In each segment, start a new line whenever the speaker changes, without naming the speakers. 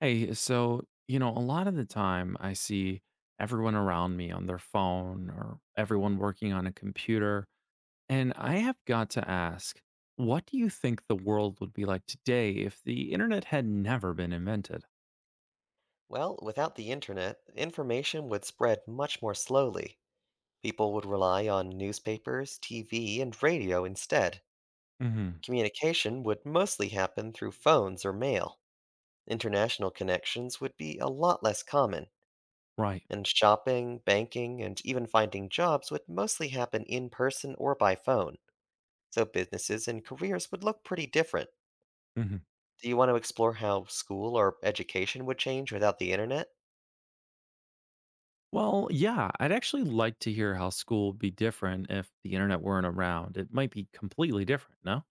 Hey, so, a lot of the time I see everyone around me on their phone or everyone working on a computer. And I have got to ask, what do you think the world would be like today if the internet had never been invented?
Well, without the internet, information would spread much more slowly. People would rely on newspapers, TV, and radio instead.
Hmm.
Communication would mostly happen through phones or mail. International connections would be a lot less common,
Right.
and shopping, banking, and even finding jobs would mostly happen in person or by phone. So businesses and careers would look pretty different.
Hmm.
Do you want to explore how school or education would change without the internet?
Well, yeah, I'd actually like to hear how school would be different if the internet weren't around. It might be completely different, no?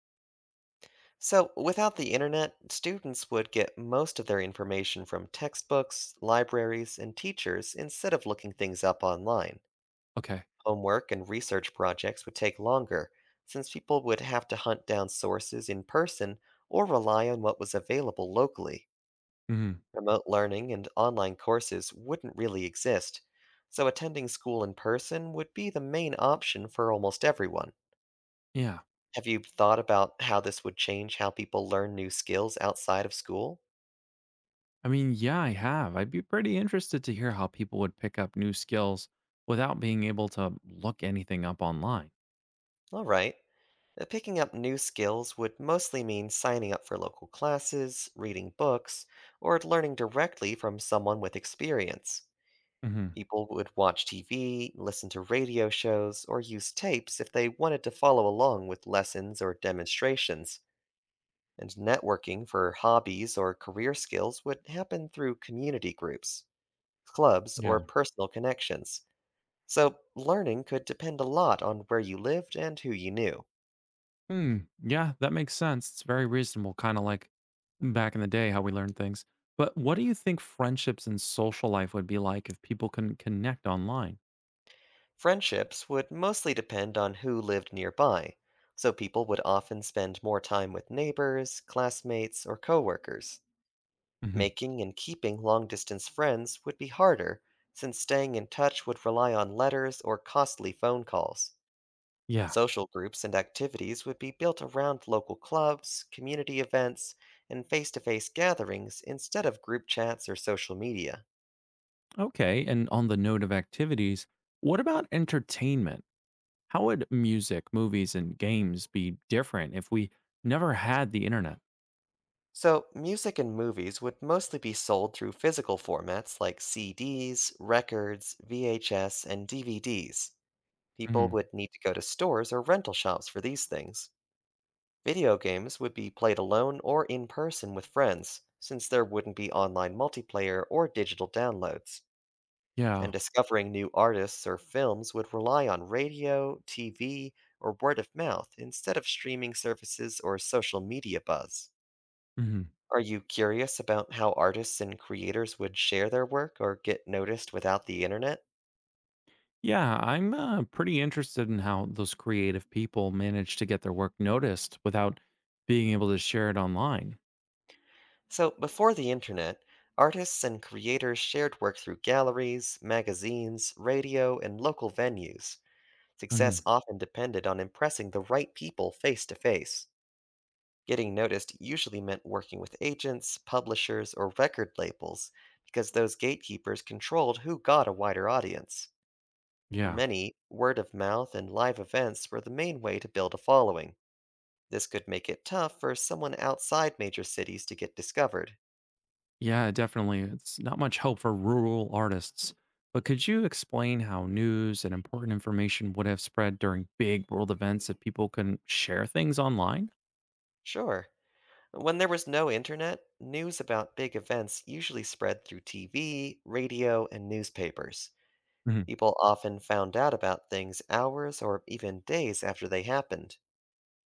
So, without the internet, students would get most of their information from textbooks, libraries, and teachers instead of looking things up online.
Okay.
Homework and research projects would take longer, since people would have to hunt down sources in person or rely on what was available locally.
Hmm.
Remote learning and online courses wouldn't really exist, so attending school in person would be the main option for almost everyone.
Yeah.
Have you thought about how this would change how people learn new skills outside of school?
I mean, yeah, I have. I'd be pretty interested to hear how people would pick up new skills without being able to look anything up online.
All right. Picking up new skills would mostly mean signing up for local classes, reading books, or learning directly from someone with experience.
Hmm.
People would watch TV, listen to radio shows, or use tapes if they wanted to follow along with lessons or demonstrations. And networking for hobbies or career skills would happen through community groups, clubs,
Yeah.
or personal connections. So, learning could depend a lot on where you lived and who you knew.
Hmm. Yeah, that makes sense. It's very reasonable, kind of like back in the day how we learned things. But what do you think friendships and social life would be like if people can connect online?
Friendships would mostly depend on who lived nearby, so people would often spend more time with neighbors, classmates, or coworkers.
Hmm.
Making and keeping long distance friends would be harder, since staying in touch would rely on letters or costly phone calls.
Yeah.
Social groups and activities would be built around local clubs, community events, and face to face gatherings instead of group chats or social media.
Okay. And on the note of activities, what about entertainment? How would music, movies, and games be different if we never had the internet?
So, music and movies would mostly be sold through physical formats like CDs, records, VHS, and DVDs. People would need to go to stores or rental shops for these things. Video games would be played alone or in person with friends, since there wouldn't be online multiplayer or digital downloads.
Yeah.
And discovering new artists or films would rely on radio, TV, or word of mouth instead of streaming services or social media buzz.
Hmm.
Are you curious about how artists and creators would share their work or get noticed without the internet?
Yeah, I'm pretty interested in how those creative people manage to get their work noticed without being able to share it online.
So, before the internet, artists and creators shared work through galleries, magazines, radio, and local venues. Success
Hmm.
often depended on impressing the right people face to face. Getting noticed usually meant working with agents, publishers, or record labels, because those gatekeepers controlled who got a wider audience. For
Yeah.
many, word of mouth and live events were the main way to build a following. This could make it tough for someone outside major cities to get discovered.
Yeah, definitely. It's not much help for rural artists. But could you explain how news and important information would have spread during big world events if people couldn't share things online?
Sure. When there was no internet, news about big events usually spread through TV, radio, and newspapers.
Hmm.
People often found out about things hours or even days after they happened.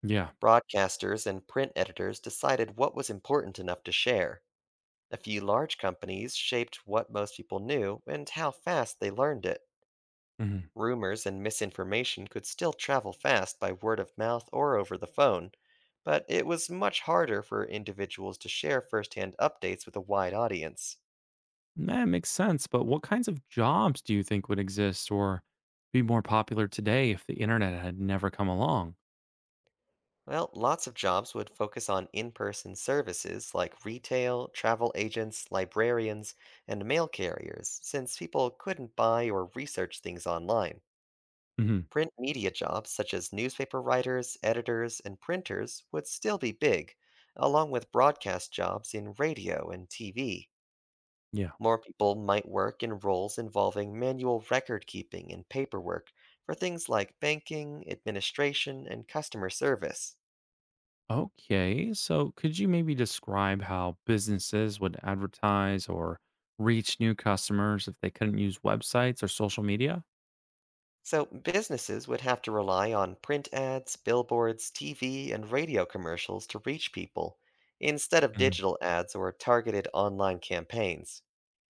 Yeah.
Broadcasters and print editors decided what was important enough to share. A few large companies shaped what most people knew and how fast they learned it.
Hmm.
Rumors and misinformation could still travel fast by word of mouth or over the phone, but it was much harder for individuals to share firsthand updates with a wide audience.
That makes sense. But what kinds of jobs do you think would exist or be more popular today if the internet had never come along?
Well, lots of jobs would focus on in person services like retail, travel agents, librarians, and mail carriers, since people couldn't buy or research things online.
Hmm.
Print media jobs such as newspaper writers, editors, and printers would still be big, along with broadcast jobs in radio and TV.
Yeah.
More people might work in roles involving manual record keeping and paperwork for things like banking, administration, and customer service.
Okay. So, could you maybe describe how businesses would advertise or reach new customers if they couldn't use websites or social media?
So, businesses would have to rely on print ads, billboards, TV, and radio commercials to reach people, instead of
Hmm.
digital ads or targeted online campaigns.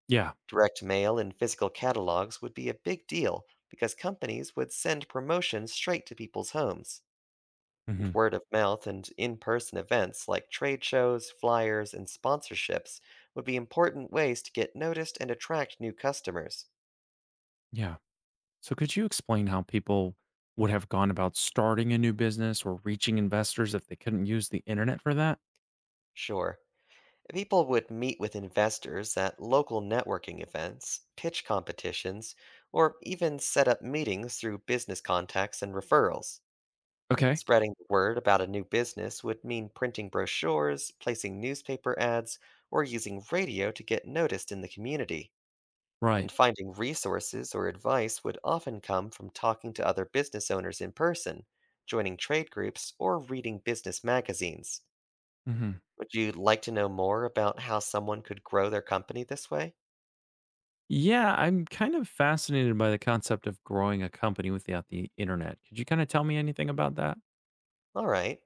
Yeah.
Direct mail and physical catalogs would be a big deal because companies would send promotions straight to people's homes.
Hmm.
And word of mouth and in person events like trade shows, flyers, and sponsorships would be important ways to get noticed and attract new customers.
Yeah. So, could you explain how people would have gone about starting a new business or reaching investors if they couldn't use the internet for that?
Sure, people would meet with investors at local networking events, pitch competitions, or even set up meetings through business contacts and referrals.
Okay.
Spreading the word about a new business would mean printing brochures, placing newspaper ads, or using radio to get noticed in the community.
Right.
And finding resources or advice would often come from talking to other business owners in person, joining trade groups, or reading business magazines.
Hmm.
Would you like to know more about how someone could grow their company this way?
Yeah. I'm kind of fascinated by the concept of growing a company without the internet. Could you kind of tell me anything about that?
All right.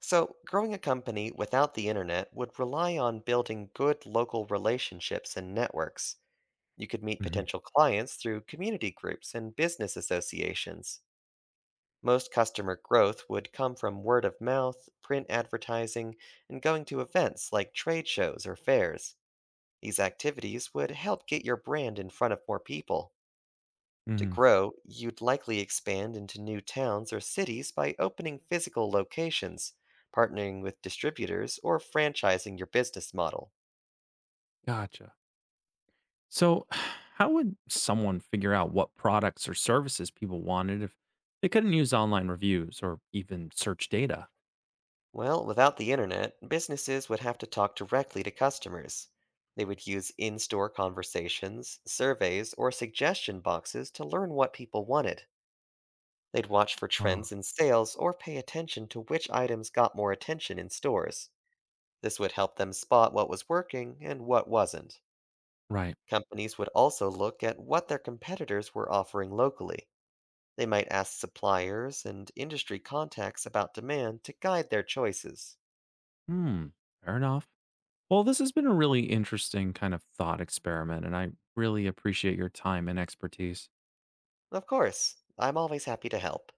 So, growing a company without the internet would rely on building good local relationships and networks. You could meet
Hmm.
potential clients through community groups and business associations. Most customer growth would come from word of mouth, print advertising, and going to events like trade shows or fairs. These activities would help get your brand in front of more people. To
Hmm.
grow, you'd likely expand into new towns or cities by opening physical locations, partnering with distributors, or franchising your business model.
Gotcha. So, how would someone figure out what products or services people wanted if they couldn't use online reviews or even search data?
Well, without the internet, businesses would have to talk directly to customers. They would use in store conversations, surveys, or suggestion boxes to learn what people wanted. They'd watch for
Oh,
trends in sales or pay attention to which items got more attention in stores. This would help them spot what was working and what wasn't.
right.
Companies would also look at what their competitors were offering locally. They might ask suppliers and industry contacts about demand to guide their choices.
Hmm, fair enough. Well, this has been a really interesting kind of thought experiment, and I really appreciate your time and expertise.
Of course. I'm always happy to help.